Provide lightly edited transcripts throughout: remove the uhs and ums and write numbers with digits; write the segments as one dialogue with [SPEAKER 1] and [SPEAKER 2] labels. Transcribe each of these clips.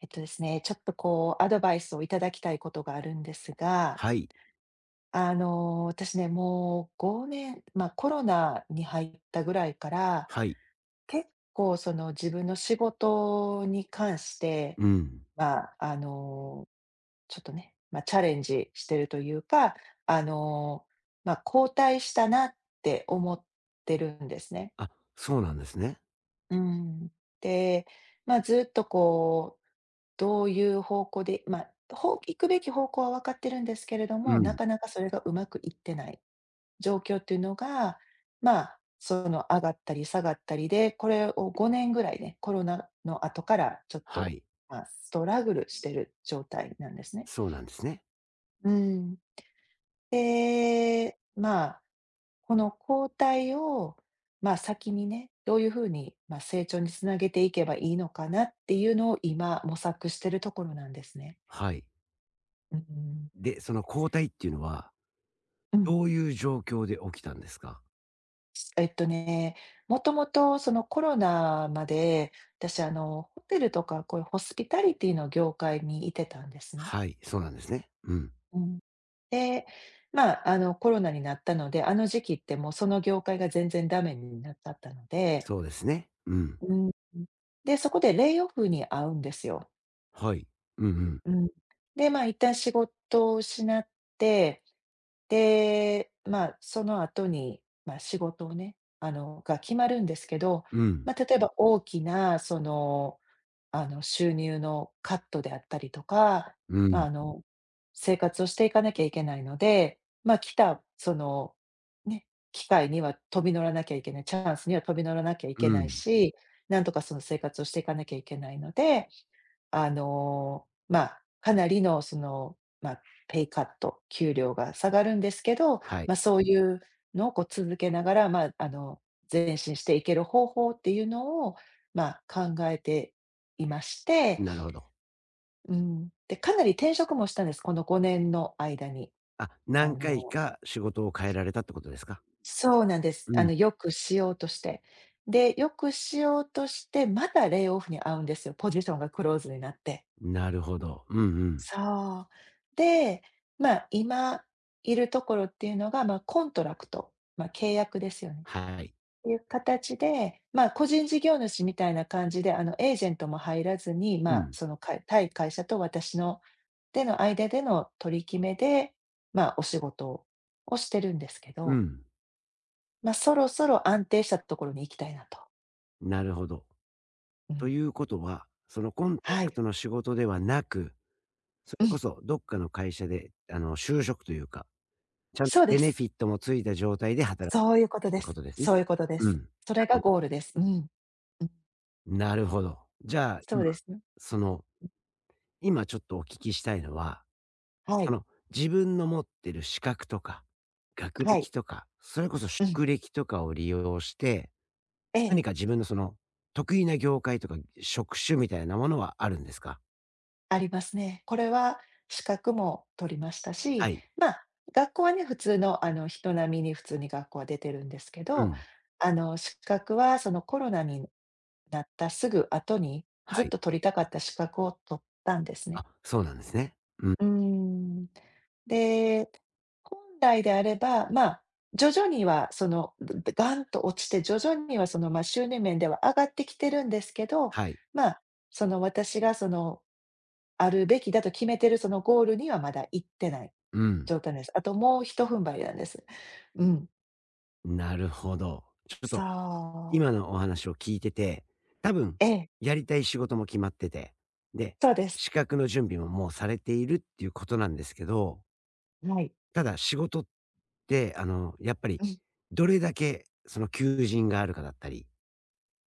[SPEAKER 1] えっとですね、ちょっとこうアドバイスをいただきたいことがあるんですが、
[SPEAKER 2] はい、
[SPEAKER 1] 私ね、もう5年、コロナに入ったぐらいから、
[SPEAKER 2] はい。
[SPEAKER 1] 結構その自分の仕事に関して、
[SPEAKER 2] うん。
[SPEAKER 1] まあ、あの、ちょっとね、チャレンジしてるというか、あの、後退したなって思ってるんですね。
[SPEAKER 2] あ、そうなんですね。
[SPEAKER 1] うん。で、ずっとこう、どういう方向で、ほう行くべき方向は分かってるんですけれど
[SPEAKER 2] う
[SPEAKER 1] も、な
[SPEAKER 2] ん。
[SPEAKER 1] かなかそれがうまくいってない状況っていうのが、その上がったり下がったりで、これを5年ぐらいね、コロナの後からちょっ
[SPEAKER 2] は
[SPEAKER 1] と、
[SPEAKER 2] い。
[SPEAKER 1] ストラグルしてる状態なんですね。
[SPEAKER 2] そうなんですね。
[SPEAKER 1] うん。で、この後退を、先にね、どういう風に、成長につなげていけばいいのかなっていうのを今模索してるところなんですね。
[SPEAKER 2] はい。
[SPEAKER 1] うん。
[SPEAKER 2] で、その交代っていうのは、
[SPEAKER 1] うん。
[SPEAKER 2] どういう状況で起きたんですか？
[SPEAKER 1] えっとね、もともとそのコロナまで、私ホテルとかこういうホスピタリティの業界にいてたんですね。
[SPEAKER 2] はい、そうなんですね。うん。
[SPEAKER 1] うん。で、コロナになったので、あの時期ってもうその業界が全然ダメになっちゃったので
[SPEAKER 2] そうですね。うん。
[SPEAKER 1] うん、で、そこでレイオフに遭うんですよ。
[SPEAKER 2] はい。うんうん。
[SPEAKER 1] うん。で、一旦仕事を失って、で、その後に、仕事をね、が決まるんですけど、
[SPEAKER 2] うん。
[SPEAKER 1] 例えば大きなその、収入のカットであったりとか、
[SPEAKER 2] う
[SPEAKER 1] まあ、
[SPEAKER 2] ん。
[SPEAKER 1] あの、生活をしていかなきゃいけないので、来たその、ね、機会には飛び乗らなきゃいけない、チャンスには飛び乗らなきゃいけ
[SPEAKER 2] う
[SPEAKER 1] ない
[SPEAKER 2] ん。
[SPEAKER 1] し、なんとかその生活をしていかなきゃいけないので、かなりのその、ペイカット、給料が下がるんですけど、
[SPEAKER 2] はい。
[SPEAKER 1] そういうのをこう続けながら、前進していける方法っていうのを、考えていまして、
[SPEAKER 2] なるほど。
[SPEAKER 1] うん、で、かなり転職もしたんです、この5年の間に。
[SPEAKER 2] あ、
[SPEAKER 1] あ
[SPEAKER 2] 何回
[SPEAKER 1] の
[SPEAKER 2] か仕事を変えられたってことですか？
[SPEAKER 1] そうなんです。
[SPEAKER 2] う
[SPEAKER 1] あ
[SPEAKER 2] ん。
[SPEAKER 1] の、よくしようとして。で、よくしようとして、またレイオフに遭うんですよ、ポジションがクローズになって。
[SPEAKER 2] なるほど。うんうん。
[SPEAKER 1] そう。で、今いるところっていうのが、コントラクト、契約ですよね。っ
[SPEAKER 2] はい。
[SPEAKER 1] ていう形で、個人事業主みたいな感じで、エージェントも入らずに、
[SPEAKER 2] うん。
[SPEAKER 1] その、会対会社と私のでの間での取り決めで、お仕事をしてるんですけ
[SPEAKER 2] う
[SPEAKER 1] ど、
[SPEAKER 2] ん。
[SPEAKER 1] そろそろ安定したところに行きたいなと。
[SPEAKER 2] なるほど。
[SPEAKER 1] う
[SPEAKER 2] と
[SPEAKER 1] ん。
[SPEAKER 2] いうことは、そのコントラ
[SPEAKER 1] は
[SPEAKER 2] ク
[SPEAKER 1] い。
[SPEAKER 2] トの仕事ではなく、そ
[SPEAKER 1] う
[SPEAKER 2] れ
[SPEAKER 1] ん。
[SPEAKER 2] こそどっかの会社で、就職というか、ちゃんと
[SPEAKER 1] そうで
[SPEAKER 2] ベネ
[SPEAKER 1] す。
[SPEAKER 2] フィットもついた状態で働き
[SPEAKER 1] そ
[SPEAKER 2] たい
[SPEAKER 1] ういうこと
[SPEAKER 2] と
[SPEAKER 1] で
[SPEAKER 2] いうこ
[SPEAKER 1] す。
[SPEAKER 2] とですね。
[SPEAKER 1] そういうことで
[SPEAKER 2] うん。な
[SPEAKER 1] す。
[SPEAKER 2] る
[SPEAKER 1] それが
[SPEAKER 2] ほど。
[SPEAKER 1] ゴールです。うん。うん。
[SPEAKER 2] なるほど。じゃあ、
[SPEAKER 1] そうで
[SPEAKER 2] 今、
[SPEAKER 1] すね。
[SPEAKER 2] その、今ちょっとお聞きしたいのは、
[SPEAKER 1] は
[SPEAKER 2] あ
[SPEAKER 1] い、
[SPEAKER 2] の、自分の持ってる資格とか、学
[SPEAKER 1] はい。
[SPEAKER 2] 歴とか、それこそ
[SPEAKER 1] うん。
[SPEAKER 2] 職歴とかを利用して、
[SPEAKER 1] ええ、
[SPEAKER 2] 何か自分のその、得意な業界とか職種みたいなものはあるんですか？
[SPEAKER 1] ありますね。これは資格も取りました
[SPEAKER 2] は
[SPEAKER 1] し、
[SPEAKER 2] い。
[SPEAKER 1] まあ、学校はね、普通の人並みに普通に学校は出てるんですけ
[SPEAKER 2] う
[SPEAKER 1] ど、
[SPEAKER 2] ん。
[SPEAKER 1] 資格はそのコロナになったすぐ後に、
[SPEAKER 2] は
[SPEAKER 1] ずっ
[SPEAKER 2] い。
[SPEAKER 1] と取りたかった資格を取ったんです
[SPEAKER 2] あ、
[SPEAKER 1] ね。
[SPEAKER 2] そうなんですね。うん。
[SPEAKER 1] うーん。で、本来であれば、徐々にはその、ガンと落ちて、徐々にはその、収入面では上がってきてるんですけど、
[SPEAKER 2] はい。
[SPEAKER 1] まあ、その、私がそのあるべきだと決めてるそのゴールにはまだ行ってない
[SPEAKER 2] うん。
[SPEAKER 1] 状態です。あともうひと踏ん張りなんです。うん。
[SPEAKER 2] なるほど。ちょっと
[SPEAKER 1] そ
[SPEAKER 2] 今
[SPEAKER 1] う。
[SPEAKER 2] のお話を聞いてて、多分
[SPEAKER 1] ええ、
[SPEAKER 2] やりたい仕事も決まってて、で、
[SPEAKER 1] そうです。
[SPEAKER 2] 資格の準備ももうされているっていうことなんですけど、
[SPEAKER 1] はい。
[SPEAKER 2] ただ仕事って、やっぱり
[SPEAKER 1] うん、
[SPEAKER 2] どれだけその求人があるかだったり、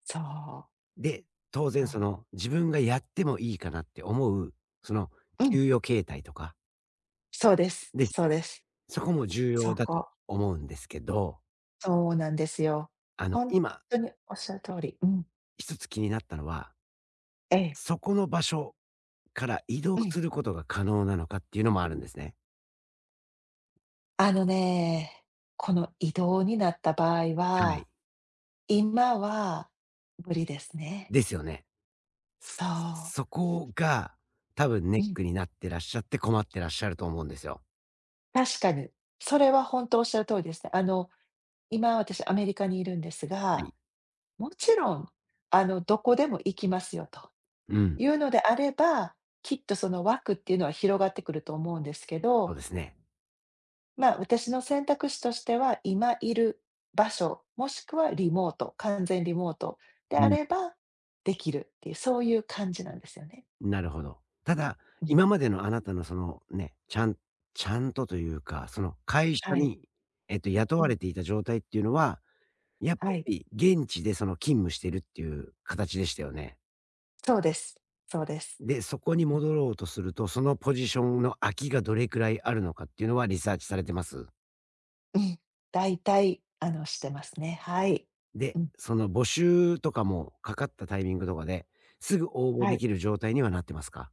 [SPEAKER 1] そう。
[SPEAKER 2] で、当然そ
[SPEAKER 1] あ、
[SPEAKER 2] の自分がやってもいいかなって思う、その
[SPEAKER 1] うん、
[SPEAKER 2] 給与形態とか、
[SPEAKER 1] そうです。
[SPEAKER 2] で、
[SPEAKER 1] そうです。
[SPEAKER 2] そこも重
[SPEAKER 1] そ
[SPEAKER 2] 要だ
[SPEAKER 1] こ。
[SPEAKER 2] と思うんですけど、
[SPEAKER 1] そうなんですよ。ほん
[SPEAKER 2] 今
[SPEAKER 1] とにおっしゃる通り。うん。
[SPEAKER 2] 一つ気になったのは、
[SPEAKER 1] ええ、
[SPEAKER 2] そこの場所から移
[SPEAKER 1] う
[SPEAKER 2] 動
[SPEAKER 1] ん。
[SPEAKER 2] することが可能なのかっていうのもあるんですね。
[SPEAKER 1] あのね、この異動になった場合
[SPEAKER 2] は
[SPEAKER 1] は、
[SPEAKER 2] い。
[SPEAKER 1] 今は無理ですね。
[SPEAKER 2] ですよね。
[SPEAKER 1] そう。
[SPEAKER 2] そこが、多分ネ
[SPEAKER 1] う
[SPEAKER 2] ッ
[SPEAKER 1] ん、
[SPEAKER 2] クになってらっしゃって困ってらっしゃると思うんですよ。
[SPEAKER 1] 確かに。それはほんとおっしゃる通りですね。あの今、私アメリカにいるんです
[SPEAKER 2] は
[SPEAKER 1] が、
[SPEAKER 2] い。
[SPEAKER 1] もちろん、どこでも行きますよと
[SPEAKER 2] うん。
[SPEAKER 1] いうのであれば、きっとその枠っていうのは広がってくると思うんですけ
[SPEAKER 2] そう
[SPEAKER 1] ど、
[SPEAKER 2] ですね。
[SPEAKER 1] 私の選択肢としては、今いる場所、もしくはリモート、完全リモートであ
[SPEAKER 2] うん。
[SPEAKER 1] ればできるっていう、そういう感じなんですよね。
[SPEAKER 2] なるほど。ただ、
[SPEAKER 1] うん、
[SPEAKER 2] 今までのあなたのそのね、ちゃんとというか、その会社
[SPEAKER 1] はい。
[SPEAKER 2] に、雇
[SPEAKER 1] う
[SPEAKER 2] わ
[SPEAKER 1] ん、
[SPEAKER 2] れていた状態っていうのは、やっぱ
[SPEAKER 1] はい。
[SPEAKER 2] り現地でその勤務してるっていう形でしたよね？
[SPEAKER 1] そうです。そうです。
[SPEAKER 2] で、そこに
[SPEAKER 1] う
[SPEAKER 2] 戻ろうとすると、そのポジションの空きがどれくらいあるのかっていうのはリサーチされてます。
[SPEAKER 1] ん、うん。大体、してますね。はい。
[SPEAKER 2] で、
[SPEAKER 1] うん、
[SPEAKER 2] その募集とかもかかったタイミングとかで、すぐ応募
[SPEAKER 1] は
[SPEAKER 2] で
[SPEAKER 1] い。
[SPEAKER 2] きる状態にはなってますか？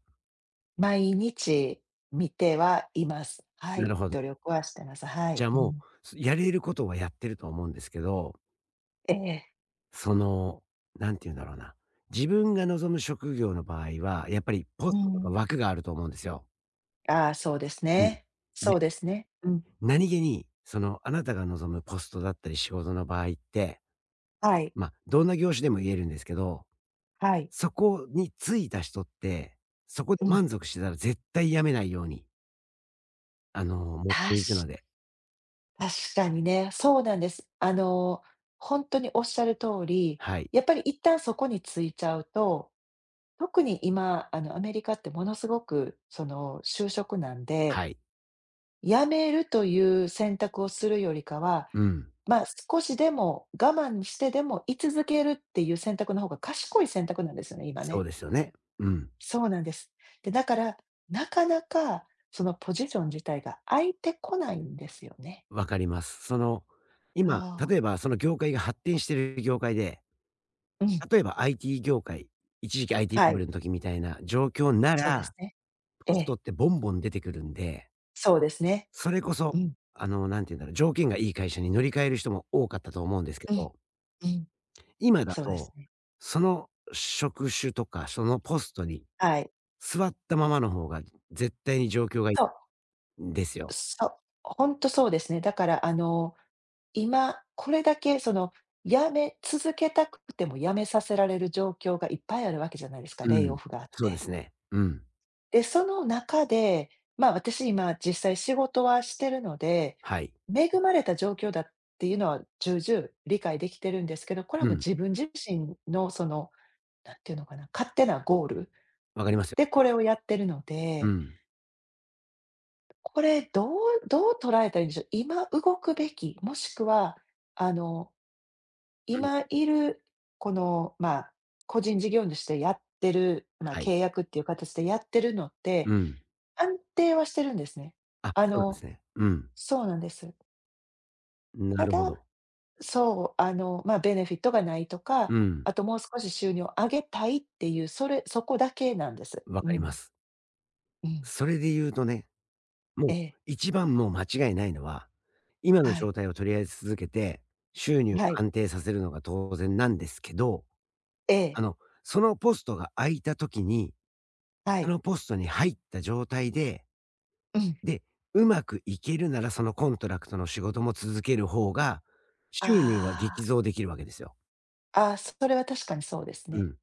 [SPEAKER 1] 毎日見てはいます。は
[SPEAKER 2] な
[SPEAKER 1] い、
[SPEAKER 2] るほど。
[SPEAKER 1] 努力はしてます。は
[SPEAKER 2] じ
[SPEAKER 1] い、
[SPEAKER 2] ゃあ
[SPEAKER 1] う
[SPEAKER 2] も
[SPEAKER 1] ん。
[SPEAKER 2] う、やれることはやってると思うんですけど、
[SPEAKER 1] ええ、
[SPEAKER 2] その、なんて言うんだろうな、自分が望む職業の場合は、やっぱりポ
[SPEAKER 1] う
[SPEAKER 2] ストとか
[SPEAKER 1] ん。
[SPEAKER 2] 枠があると思うんですよ。
[SPEAKER 1] ああ、そうです
[SPEAKER 2] うん。
[SPEAKER 1] ね。
[SPEAKER 2] で、
[SPEAKER 1] そうですね。うん、
[SPEAKER 2] 何気に、そのあなたが望むポストだったり仕事の場合って、
[SPEAKER 1] はい、
[SPEAKER 2] まあ、どんな業種でも言えるんですけど、
[SPEAKER 1] はい、
[SPEAKER 2] そこに就いた人って、そこで
[SPEAKER 1] うん。
[SPEAKER 2] 満足してたら絶対辞めないように、持っ
[SPEAKER 1] た
[SPEAKER 2] ていく
[SPEAKER 1] し
[SPEAKER 2] ので。
[SPEAKER 1] 確かにね、そうなんです。あの、ほんとにおっしゃる通り、
[SPEAKER 2] はい。
[SPEAKER 1] やっぱり一旦そこに着いちゃうと、特に今、アメリカってものすごく、その、就職難で
[SPEAKER 2] はい。
[SPEAKER 1] やめるという選択をするよりかは、
[SPEAKER 2] うん。
[SPEAKER 1] まあ、少しでも我慢してでも居続けるっていう選択の方が賢い選択なんですよね、今
[SPEAKER 2] そう
[SPEAKER 1] ね。
[SPEAKER 2] ですよね。うん。
[SPEAKER 1] そうなんです。で、だから、なかなかそのポジション自体が空いてこないんですよね。
[SPEAKER 2] わかります。その、今、
[SPEAKER 1] ああ、
[SPEAKER 2] 例えばその業界が発展してる業界で、
[SPEAKER 1] うん、
[SPEAKER 2] 例えば IT 業界、一時期 IT
[SPEAKER 1] は
[SPEAKER 2] バブ
[SPEAKER 1] い、
[SPEAKER 2] ルの時みたいな状況な
[SPEAKER 1] そうです
[SPEAKER 2] ら、
[SPEAKER 1] ね。え
[SPEAKER 2] ポスト
[SPEAKER 1] え、
[SPEAKER 2] ってボンボン出てくるんで、
[SPEAKER 1] そうですね。
[SPEAKER 2] それこそ、
[SPEAKER 1] うん、
[SPEAKER 2] 何て言うんだろう、条件がいい会社に乗り換える人も多かったと思うんですけ
[SPEAKER 1] うん、
[SPEAKER 2] ど、
[SPEAKER 1] うん、
[SPEAKER 2] 今だ
[SPEAKER 1] そうです
[SPEAKER 2] と、
[SPEAKER 1] ね。
[SPEAKER 2] その職種とか、そのポストに
[SPEAKER 1] はい。
[SPEAKER 2] 座ったままの方が絶対に状況がい
[SPEAKER 1] そう、
[SPEAKER 2] いんですよ。
[SPEAKER 1] そう、ほんとそうですね。だからあの今、これだけその、辞め続けたくても辞めさせられる状況がいっぱいあるわけじゃないですか、
[SPEAKER 2] う
[SPEAKER 1] レイオ
[SPEAKER 2] ん。
[SPEAKER 1] フがあっ
[SPEAKER 2] そうで
[SPEAKER 1] て。
[SPEAKER 2] すね。うん。
[SPEAKER 1] で、その中で、私今実際仕事はしてるので、
[SPEAKER 2] はい。
[SPEAKER 1] 恵まれた状況だっていうのは重々理解できてるんですけど、これは
[SPEAKER 2] う
[SPEAKER 1] もう
[SPEAKER 2] ん。
[SPEAKER 1] 自分自身のその、なんていうのかな、勝手なゴール
[SPEAKER 2] わかりますよ。
[SPEAKER 1] でこれをやってるの
[SPEAKER 2] う
[SPEAKER 1] で、
[SPEAKER 2] ん。
[SPEAKER 1] これどう捉えたらいいんでしょう。今動くべき、もしくは、あの
[SPEAKER 2] うん。
[SPEAKER 1] 今いる、この、個人事業主でやってる、
[SPEAKER 2] はい。
[SPEAKER 1] 契約っていう形でやってるのって、
[SPEAKER 2] うん。
[SPEAKER 1] 安定はしてるんですね。
[SPEAKER 2] あ、
[SPEAKER 1] あ
[SPEAKER 2] そうなんで
[SPEAKER 1] の
[SPEAKER 2] すね。うん。
[SPEAKER 1] そうなんです。
[SPEAKER 2] な
[SPEAKER 1] た
[SPEAKER 2] る
[SPEAKER 1] だ
[SPEAKER 2] ほど。
[SPEAKER 1] そう、ベネフィットがないと
[SPEAKER 2] う
[SPEAKER 1] か、
[SPEAKER 2] ん。
[SPEAKER 1] あともう少し収入を上げたいっていう、それそこだけなんです。
[SPEAKER 2] わ
[SPEAKER 1] う
[SPEAKER 2] かりま
[SPEAKER 1] ん、
[SPEAKER 2] す。
[SPEAKER 1] うん。
[SPEAKER 2] それで言うとね、も
[SPEAKER 1] え
[SPEAKER 2] う
[SPEAKER 1] え、
[SPEAKER 2] 一番もう間違いないのは、今の
[SPEAKER 1] はい、
[SPEAKER 2] 状態をとりあえず続けて、収入を
[SPEAKER 1] はい、
[SPEAKER 2] 安定させるのが当然なんですけど、
[SPEAKER 1] ええ、
[SPEAKER 2] あの、そのポストが空いた時に
[SPEAKER 1] は
[SPEAKER 2] そ
[SPEAKER 1] い、
[SPEAKER 2] のポストに入った状態で、
[SPEAKER 1] うん。
[SPEAKER 2] で、うまくいけるならそのコントラクトの仕事も続ける方が、収入は
[SPEAKER 1] あ
[SPEAKER 2] 激増できるわけですよ。
[SPEAKER 1] あ、ああ、それは確かにそうです
[SPEAKER 2] う
[SPEAKER 1] ね。
[SPEAKER 2] ん。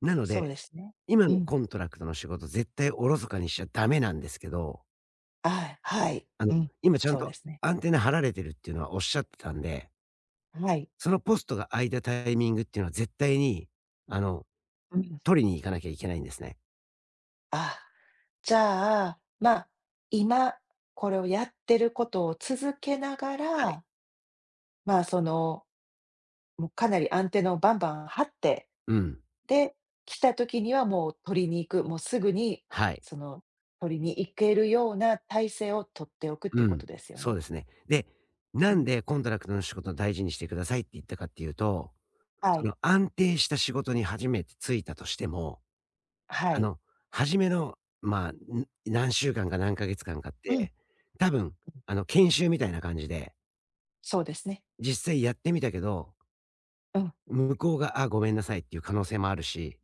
[SPEAKER 2] なので、
[SPEAKER 1] そうですね。
[SPEAKER 2] 今
[SPEAKER 1] う
[SPEAKER 2] の
[SPEAKER 1] ん、
[SPEAKER 2] コントラクトの仕事絶対おろそかにしちゃダメなんですけど、
[SPEAKER 1] はい、はい、
[SPEAKER 2] あの、
[SPEAKER 1] うん、
[SPEAKER 2] 今ちゃん
[SPEAKER 1] そうで
[SPEAKER 2] と
[SPEAKER 1] すね。
[SPEAKER 2] アンテナ張られてるっていうのはおっしゃってたんで、
[SPEAKER 1] はい。
[SPEAKER 2] そのポストが空いたタイミングっていうのは絶対に、あの、
[SPEAKER 1] うん。
[SPEAKER 2] 取りに行かなきゃいけないんですね。
[SPEAKER 1] あ、じゃあ、今、これをやってることを続けなが
[SPEAKER 2] はい。
[SPEAKER 1] ら、その、もうかなりアンテナをバンバン張って、
[SPEAKER 2] うん。
[SPEAKER 1] で、来た時にはもう取りに行く、もうすぐに、
[SPEAKER 2] はい。
[SPEAKER 1] その、取りに行けるような体制を取っておくっ
[SPEAKER 2] う
[SPEAKER 1] ていうこ
[SPEAKER 2] ん、
[SPEAKER 1] とですよ
[SPEAKER 2] そう
[SPEAKER 1] ね。
[SPEAKER 2] ですね。で、
[SPEAKER 1] う
[SPEAKER 2] なん
[SPEAKER 1] ん。
[SPEAKER 2] でコントラクトの仕事を大事にしてくださいって言ったかっていうと、
[SPEAKER 1] は
[SPEAKER 2] そ
[SPEAKER 1] い。
[SPEAKER 2] の安定した仕事に初めて就いたとしても、
[SPEAKER 1] は
[SPEAKER 2] あ
[SPEAKER 1] い。
[SPEAKER 2] の、初めの、まあ、何週間か何ヶ月間かっ
[SPEAKER 1] うん。
[SPEAKER 2] て、多分、研修みたいな感じで、
[SPEAKER 1] そうですね。
[SPEAKER 2] 実際やってみたけど、
[SPEAKER 1] うん。
[SPEAKER 2] 向こうが、あ、ごめんなさいっていう可能性もあるし、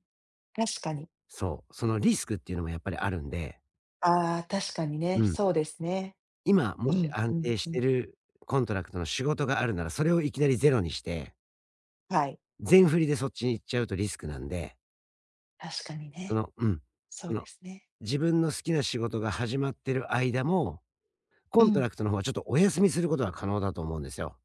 [SPEAKER 1] 確かに。
[SPEAKER 2] そう、そのリスクっていうのもやっぱりあるんで、
[SPEAKER 1] ああ、確かにね。
[SPEAKER 2] うん。
[SPEAKER 1] そうですね。
[SPEAKER 2] 今、も
[SPEAKER 1] う
[SPEAKER 2] し
[SPEAKER 1] ん、
[SPEAKER 2] 安
[SPEAKER 1] うん、
[SPEAKER 2] 定し
[SPEAKER 1] う
[SPEAKER 2] て
[SPEAKER 1] ん。
[SPEAKER 2] るコントラクトの仕事があるなら、それをいきなりゼロにして
[SPEAKER 1] はい。
[SPEAKER 2] 全振りでそっちに行っちゃうとリスクなんで、
[SPEAKER 1] 確かに
[SPEAKER 2] そ
[SPEAKER 1] ね。
[SPEAKER 2] の、うん、
[SPEAKER 1] そ
[SPEAKER 2] そ
[SPEAKER 1] うで
[SPEAKER 2] の、
[SPEAKER 1] すね。
[SPEAKER 2] 自分の好きな仕事が始まってる間も、
[SPEAKER 1] う
[SPEAKER 2] コント
[SPEAKER 1] ん、
[SPEAKER 2] ラクトの方はちょっとお休みすることは可能だと思うんですよ。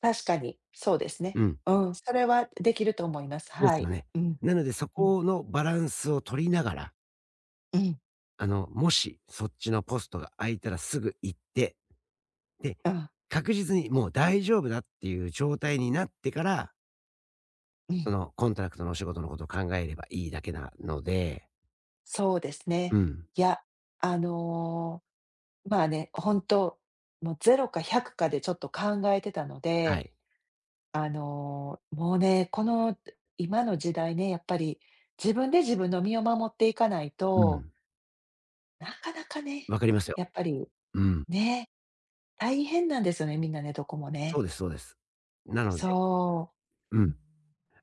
[SPEAKER 1] 確かに、そうですね。
[SPEAKER 2] うん。
[SPEAKER 1] うん、それはできると思います。
[SPEAKER 2] で
[SPEAKER 1] は
[SPEAKER 2] すよ
[SPEAKER 1] い。
[SPEAKER 2] ね。
[SPEAKER 1] うん、
[SPEAKER 2] なのでそ
[SPEAKER 1] うん、
[SPEAKER 2] このバランスを取りながら、
[SPEAKER 1] うん、
[SPEAKER 2] もしそっちのポストが空いたらすぐ行って、で、
[SPEAKER 1] うん、
[SPEAKER 2] 確実にもう大丈夫だっていう状態になってから、
[SPEAKER 1] う
[SPEAKER 2] そ
[SPEAKER 1] ん、
[SPEAKER 2] のコントラクトのお仕事のことを考えればいいだけなので、
[SPEAKER 1] そうですね。
[SPEAKER 2] うん。
[SPEAKER 1] いや、あの、本当、もうゼロか100かでちょっと考えてたの
[SPEAKER 2] は
[SPEAKER 1] で、
[SPEAKER 2] い。
[SPEAKER 1] もうね、この今の時代ね、やっぱり自分で自分の身を守っていかない
[SPEAKER 2] う
[SPEAKER 1] と、
[SPEAKER 2] ん。
[SPEAKER 1] なかなかね、
[SPEAKER 2] わかりますよ。
[SPEAKER 1] やっぱり
[SPEAKER 2] うん。
[SPEAKER 1] ね、大変なんですよね、みんなね、どこも
[SPEAKER 2] そう
[SPEAKER 1] ね。
[SPEAKER 2] ですそうです。なので
[SPEAKER 1] そ
[SPEAKER 2] う
[SPEAKER 1] う、
[SPEAKER 2] ん。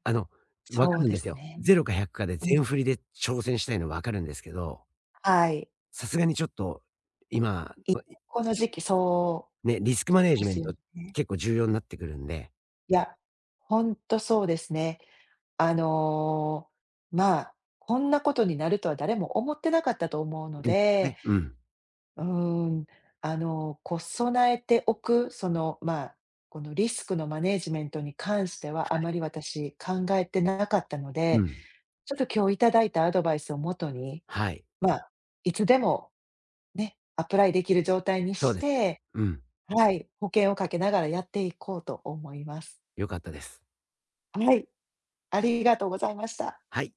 [SPEAKER 2] あの、分か
[SPEAKER 1] そう
[SPEAKER 2] るん
[SPEAKER 1] で
[SPEAKER 2] です
[SPEAKER 1] す
[SPEAKER 2] よ。
[SPEAKER 1] ね。
[SPEAKER 2] ゼロか100かで
[SPEAKER 1] うん、
[SPEAKER 2] 全振りで挑戦したいの分かるんですけど、
[SPEAKER 1] はい。
[SPEAKER 2] さすがにちょっと今、
[SPEAKER 1] い
[SPEAKER 2] い
[SPEAKER 1] この時期、そ
[SPEAKER 2] ね、リスクマネー
[SPEAKER 1] う
[SPEAKER 2] ジ
[SPEAKER 1] で
[SPEAKER 2] メン
[SPEAKER 1] すよ
[SPEAKER 2] ト
[SPEAKER 1] ね。
[SPEAKER 2] 結構重要になってくるんで。
[SPEAKER 1] いや、ほんとそうですね。あの、まあ、こんなことになるとは誰も思ってなかったと思うの
[SPEAKER 2] ですよ
[SPEAKER 1] で、
[SPEAKER 2] ね。うん。
[SPEAKER 1] うーん、こう備えておく、その、このリスクのマネージメントに関しては、あまり私考えてなかったの
[SPEAKER 2] う
[SPEAKER 1] で、
[SPEAKER 2] ん。
[SPEAKER 1] ちょっと今日いただいたアドバイスをもとに、
[SPEAKER 2] はい。
[SPEAKER 1] まあ、いつでもね、アプライできる状態に
[SPEAKER 2] そう
[SPEAKER 1] し
[SPEAKER 2] です
[SPEAKER 1] て
[SPEAKER 2] ね。うん。
[SPEAKER 1] はい、保険をかけながらやっていこうと思います。
[SPEAKER 2] 良かったです。
[SPEAKER 1] はい、ありがとうございました。
[SPEAKER 2] はい。